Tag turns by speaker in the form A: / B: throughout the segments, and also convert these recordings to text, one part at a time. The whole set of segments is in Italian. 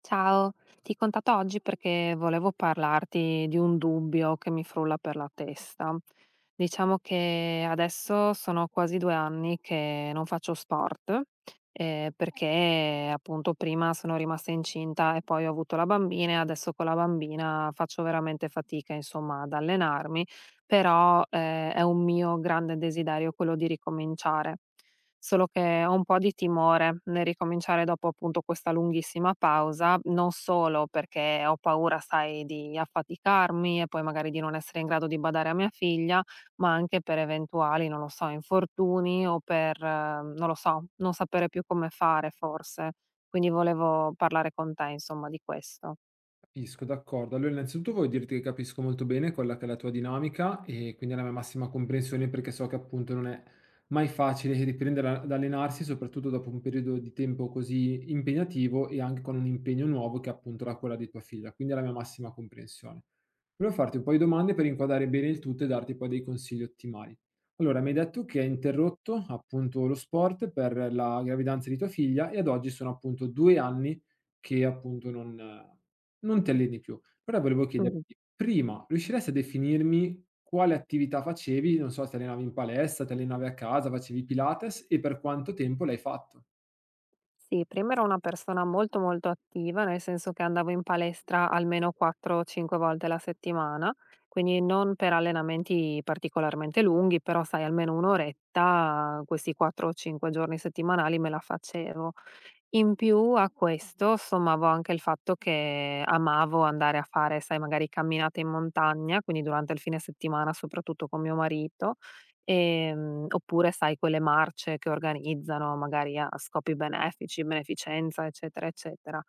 A: Ciao, ti contatto oggi perché volevo parlarti di un dubbio che mi frulla per la testa. Diciamo che adesso sono quasi due anni che non faccio sport, perché appunto prima sono rimasta incinta e poi ho avuto la bambina e adesso con la bambina faccio veramente fatica, insomma, ad allenarmi, però, è un mio grande desiderio quello di ricominciare. Solo che ho un po' di timore nel ricominciare dopo appunto questa lunghissima pausa, non solo perché ho paura, sai, di affaticarmi e poi magari di non essere in grado di badare a mia figlia, ma anche per eventuali, non lo so, infortuni o per, non lo so, non sapere più come fare forse. Quindi volevo parlare con te, insomma, di questo.
B: Capisco, d'accordo. Allora, innanzitutto voglio dirti che capisco molto bene quella che è la tua dinamica e quindi la mia massima comprensione perché so che appunto non è mai facile riprendere ad allenarsi, soprattutto dopo un periodo di tempo così impegnativo e anche con un impegno nuovo che è appunto la quella di tua figlia. Quindi la mia massima comprensione. Volevo farti un po' di domande per inquadrare bene il tutto e darti poi dei consigli ottimali. Allora, mi hai detto che hai interrotto appunto lo sport per la gravidanza di tua figlia e ad oggi sono appunto due anni che appunto non ti alleni più. Allora volevo chiederti, prima, riusciresti a definirmi quale attività facevi? Non so, ti allenavi in palestra, ti allenavi a casa, facevi Pilates e per quanto tempo l'hai fatto?
A: Sì, prima ero una persona molto, molto attiva, nel senso che andavo in palestra almeno 4-5 volte alla settimana, quindi non per allenamenti particolarmente lunghi, però sai almeno 1 oretta questi 4 o 5 giorni settimanali me la facevo. In più a questo sommavo anche il fatto che amavo andare a fare, sai, magari camminate in montagna, quindi durante il fine settimana soprattutto con mio marito, oppure sai quelle marce che organizzano magari a scopi benefici, beneficenza, eccetera, eccetera.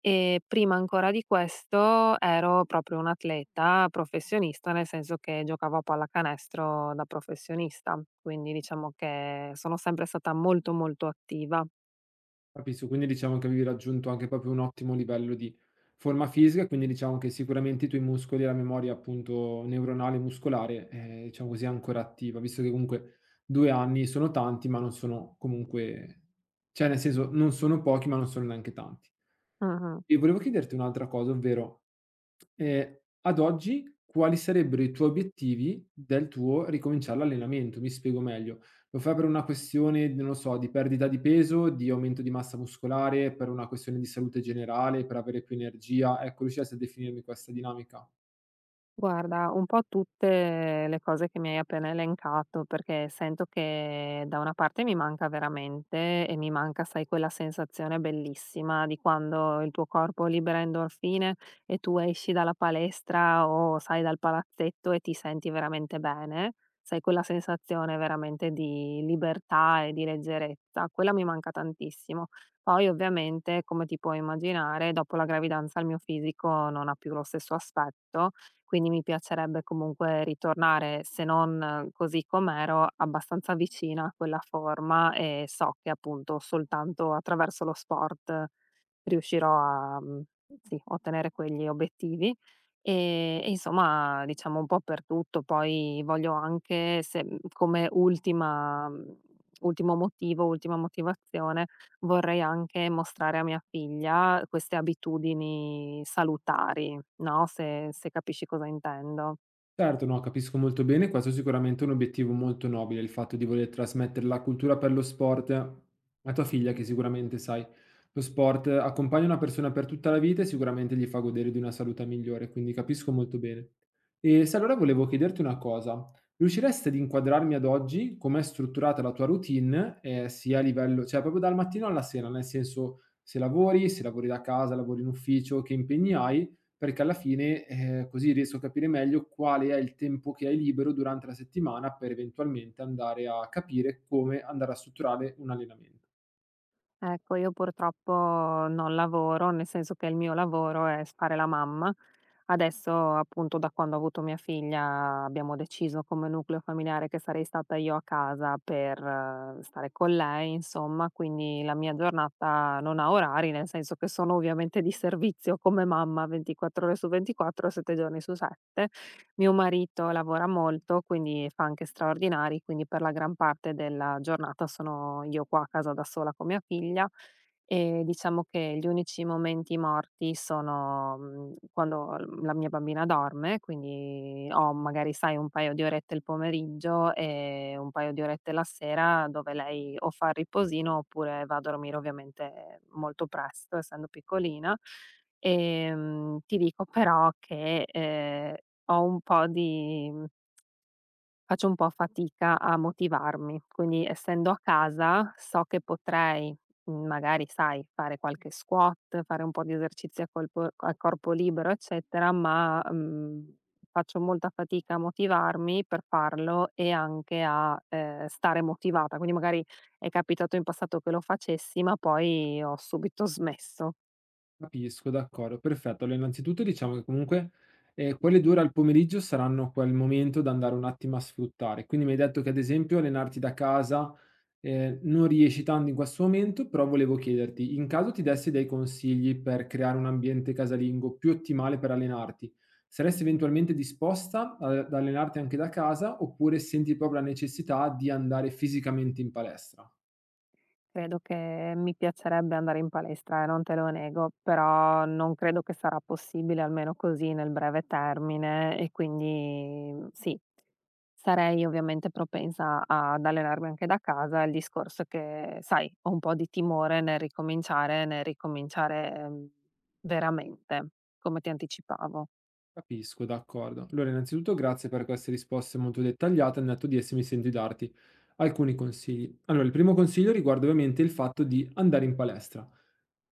A: E prima ancora di questo ero proprio un atleta professionista, nel senso che giocavo a pallacanestro da professionista, quindi diciamo che sono sempre stata molto, molto attiva.
B: Capisco, quindi diciamo che avevi raggiunto anche proprio un ottimo livello di forma fisica, quindi diciamo che sicuramente i tuoi muscoli e la memoria appunto neuronale e muscolare è, diciamo così, ancora attiva, visto che comunque 2 anni sono tanti, ma non sono comunque, cioè nel senso, non sono pochi, ma non sono neanche tanti.
A: Mh-mh.
B: E volevo chiederti un'altra cosa, ovvero, ad oggi quali sarebbero i tuoi obiettivi del tuo ricominciare l'allenamento? Mi spiego meglio: lo fai per una questione, non lo so, di perdita di peso, di aumento di massa muscolare, per una questione di salute generale, per avere più energia? Ecco, riusciresti a definirmi questa dinamica?
A: Guarda, un po' tutte le cose che mi hai appena elencato, perché sento che da una parte mi manca veramente e mi manca, sai, quella sensazione bellissima di quando il tuo corpo libera endorfine e tu esci dalla palestra o, sai, dal palazzetto e ti senti veramente bene. Sai, quella sensazione veramente di libertà e di leggerezza, quella mi manca tantissimo. Poi ovviamente, come ti puoi immaginare, dopo la gravidanza il mio fisico non ha più lo stesso aspetto, quindi mi piacerebbe comunque ritornare, se non così com'ero, abbastanza vicina a quella forma e so che appunto soltanto attraverso lo sport riuscirò a sì, ottenere quegli obiettivi. E insomma, diciamo un po' per tutto, poi voglio anche, se, come ultimo motivo, ultima motivazione, vorrei anche mostrare a mia figlia queste abitudini salutari, no, se capisci cosa intendo.
B: Certo, no, capisco molto bene, questo è sicuramente un obiettivo molto nobile, il fatto di voler trasmettere la cultura per lo sport a tua figlia, che sicuramente, sai, lo sport accompagna una persona per tutta la vita e sicuramente gli fa godere di una salute migliore, quindi capisco molto bene. E se allora volevo chiederti una cosa, riusciresti ad inquadrarmi ad oggi com'è strutturata la tua routine, sia a livello, cioè proprio dal mattino alla sera, nel senso se lavori, se lavori da casa, lavori in ufficio, che impegni hai? Perché alla fine, così riesco a capire meglio quale è il tempo che hai libero durante la settimana per eventualmente andare a capire come andare a strutturare un allenamento.
A: Ecco, io purtroppo non lavoro, nel senso che il mio lavoro è s fare la mamma. Adesso, appunto, da quando ho avuto mia figlia, abbiamo deciso come nucleo familiare che sarei stata io a casa per stare con lei, insomma, quindi la mia giornata non ha orari, nel senso che sono ovviamente di servizio come mamma 24 ore su 24, 7 giorni su 7. Mio marito lavora molto, quindi fa anche straordinari, quindi per la gran parte della giornata sono io qua a casa da sola con mia figlia e diciamo che gli unici momenti morti sono quando l la mia bambina dorme, quindi ho magari, sai, un paio di orette il pomeriggio e un paio di orette la sera dove lei o fa il riposino oppure va a dormire ovviamente molto presto, essendo piccolina. Ti dico però che, ho un po' di faccio un po' fatica a motivarmi. Quindi essendo a casa so che potrei, magari sai, fare qualche squat, fare un po' di esercizi a colpo a corpo libero, eccetera, ma, faccio molta fatica a motivarmi per farlo e anche a, stare motivata. Quindi magari è capitato in passato che lo facessi, ma poi ho subito smesso.
B: Capisco, d'accordo, perfetto. Allora innanzitutto diciamo che comunque, quelle 2 ore al pomeriggio saranno quel momento da andare un attimo a sfruttare. Quindi mi hai detto che ad esempio allenarti da casa, non riesci tanto in questo momento, però volevo chiederti, in caso ti dessi dei consigli per creare un ambiente casalingo più ottimale per allenarti, saresti eventualmente disposta ad allenarti anche da casa, oppure senti proprio la necessità di andare fisicamente in palestra?
A: Credo che mi piacerebbe andare in palestra, non te lo nego, però non credo che sarà possibile, almeno così nel breve termine, e quindi sì, sarei ovviamente propensa ad allenarmi anche da casa. Il discorso è che, sai, ho un po' di timore nel ricominciare, veramente, come ti anticipavo.
B: Capisco, d'accordo. Allora, innanzitutto grazie per queste risposte molto dettagliate, al netto di esse mi sento di darti alcuni consigli. Allora, il primo consiglio riguarda ovviamente il fatto di andare in palestra.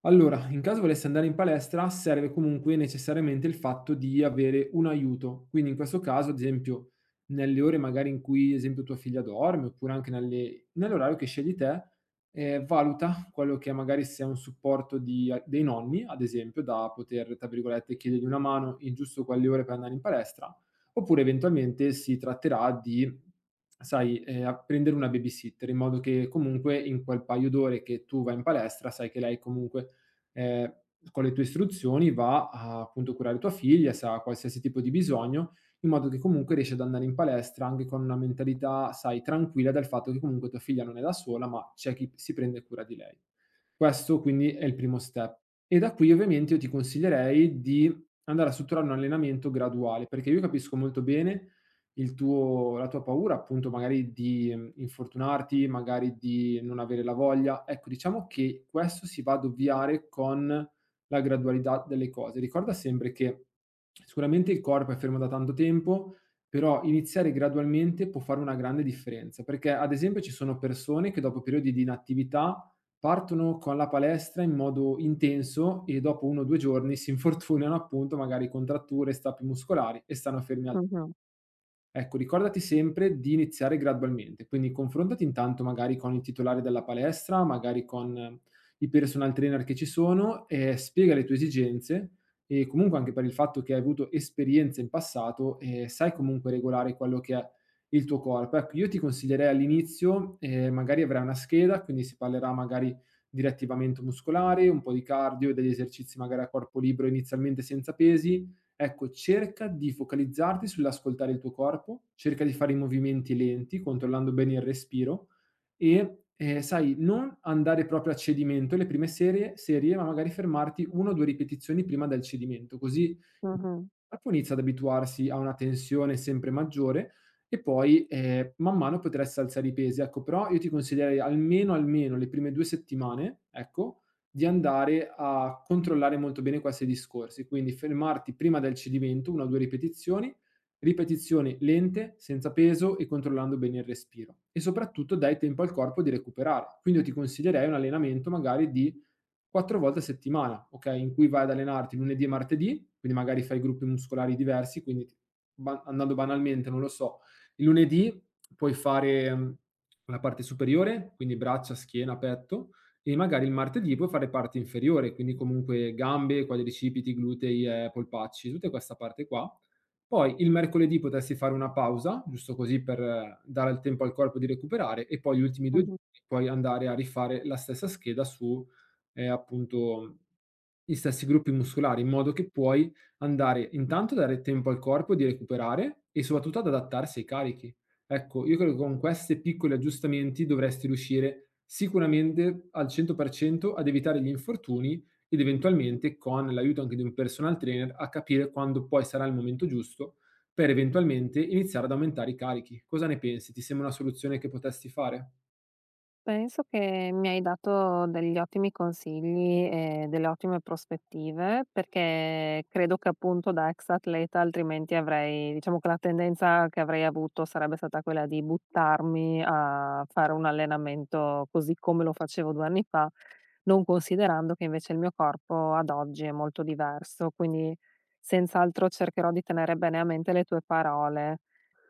B: Allora, in caso volessi andare in palestra, serve comunque necessariamente il fatto di avere un aiuto. Quindi in questo caso, ad esempio, nelle ore magari in cui, ad esempio, tua figlia dorme, oppure anche nell'orario che scegli te, valuta quello che magari sia un supporto dei nonni, ad esempio, da poter, tra virgolette, chiedergli una mano in giusto quelle ore per andare in palestra, oppure eventualmente si tratterà di, sai, prendere una babysitter, in modo che comunque in quel paio d'ore che tu vai in palestra, sai che lei comunque ehm, con le tue istruzioni va a, appunto, curare tua figlia, se ha qualsiasi tipo di bisogno, in modo che comunque riesci ad andare in palestra anche con una mentalità, sai, tranquilla del fatto che comunque tua figlia non è da sola, ma c'è chi si prende cura di lei. Questo quindi è il primo step. E da qui ovviamente io ti consiglierei di andare a strutturare un allenamento graduale, perché io capisco molto bene il tuo la tua paura appunto magari di, infortunarti, magari di non avere la voglia. Ecco, diciamo che questo si va ad ovviare con la gradualità delle cose. Ricorda sempre che sicuramente il corpo è fermo da tanto tempo, però iniziare gradualmente può fare una grande differenza, perché ad esempio ci sono persone che dopo periodi di inattività partono con la palestra in modo intenso e dopo 1 o 2 giorni si infortunano appunto, magari contratture, strappi muscolari e stanno fermi al.
A: Mh-mh,
B: Ecco, ricordati sempre di iniziare gradualmente, quindi confrontati intanto magari con il titolare della palestra, magari con i personal trainer che ci sono, e spiega le tue esigenze e comunque anche per il fatto che hai avuto esperienze in passato e sai comunque regolare quello che è il tuo corpo. Ecco, io ti consiglierei all'inizio, magari avrai una scheda, quindi si parlerà magari di riattivamento muscolare, un po' di cardio, degli esercizi magari a corpo libero inizialmente senza pesi. Ecco, cerca di focalizzarti sull'ascoltare il tuo corpo, cerca di fare i movimenti lenti, controllando bene il respiro e, sai, non andare proprio a cedimento le prime serie, ma magari fermarti 1 o 2 ripetizioni prima del cedimento, così il
A: mh-mh,
B: corpo inizia ad abituarsi a una tensione sempre maggiore e poi, man mano potrai s alzare i pesi. Ecco, però io ti consiglierei almeno le prime 2 settimane, ecco, di andare a controllare molto bene questi discorsi, quindi fermarti prima del cedimento, 1 o 2 ripetizioni, lente, senza peso e controllando bene il respiro. E soprattutto dai tempo al corpo di recuperare. Quindi io ti consiglierei un allenamento magari di 4 volte a settimana, okay, in cui vai ad allenarti lunedì e martedì, quindi magari fai gruppi muscolari diversi, quindi t ba andando banalmente, non lo so, il lunedì puoi fare, la parte superiore, quindi braccia, schiena, petto, e magari il martedì puoi fare parte inferiore, quindi comunque gambe, quadricipiti, glutei, polpacci, tutta questa parte qua. Poi il mercoledì potresti fare una pausa, giusto così per dare il tempo al corpo di recuperare, e poi gli ultimi due
A: mh-mh.
B: giorni puoi andare a rifare la stessa scheda su appunto gli stessi gruppi muscolari, in modo che puoi andare intanto a dare tempo al corpo di recuperare e soprattutto ad adattarsi ai carichi. Ecco, io credo che con questi piccoli aggiustamenti dovresti riuscire sicuramente al 100% ad evitare gli infortuni ed eventualmente con l'aiuto anche di un personal trainer a capire quando poi sarà il momento giusto per eventualmente iniziare ad aumentare i carichi. Cosa ne pensi? Ti sembra una soluzione che potresti fare?
A: Penso che mi hai dato degli ottimi consigli e delle ottime prospettive, perché credo che appunto da ex atleta altrimenti avrei, diciamo, che la tendenza che avrei avuto sarebbe stata quella di buttarmi a fare un allenamento così come lo facevo 2 anni fa, non considerando che invece il mio corpo ad oggi è molto diverso. Quindi senz'altro cercherò di tenere bene a mente le tue parole.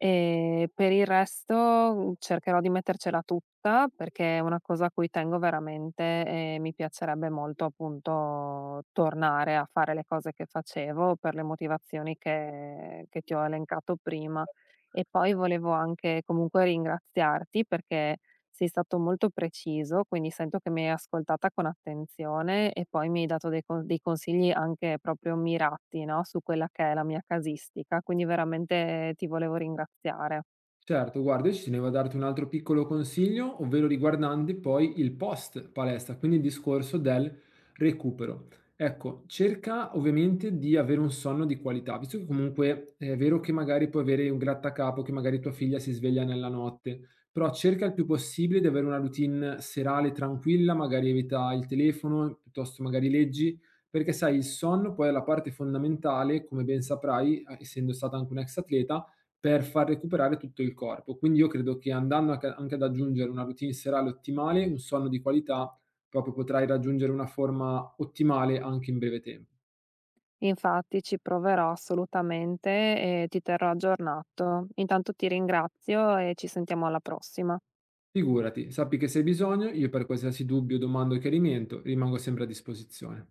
A: E per il resto, cercherò di mettercela tutta, perché è una cosa a cui tengo veramente e mi piacerebbe molto, appunto, tornare a fare le cose che facevo per le motivazioni che ti ho elencato prima. E poi volevo anche comunque ringraziarti perché sei stato molto preciso, quindi sento che mi hai ascoltata con attenzione e poi mi hai dato dei consigli anche proprio mirati, no? Su quella che è la mia casistica, quindi veramente ti volevo ringraziare.
B: Certo, guarda, io ci tenevo a darti un altro piccolo consiglio, ovvero riguardante poi il post palestra, quindi il discorso del recupero. Ecco, cerca ovviamente di avere un sonno di qualità, visto che comunque è vero che magari puoi avere un grattacapo, che magari tua figlia si sveglia nella notte, però cerca il più possibile di avere una routine serale tranquilla, magari evita il telefono, piuttosto magari leggi, perché sai, il sonno poi è la parte fondamentale, come ben saprai, essendo stata anche un ex atleta per far recuperare tutto il corpo. Quindi io credo che andando anche ad aggiungere una routine serale ottimale, un sonno di qualità, proprio potrai raggiungere una forma ottimale anche in breve tempo.
A: Infatti ci proverò assolutamente e ti terrò aggiornato. Intanto ti ringrazio e ci sentiamo alla prossima.
B: Figurati, sappi che se hai bisogno, io per qualsiasi dubbio, domanda o chiarimento rimango sempre a disposizione.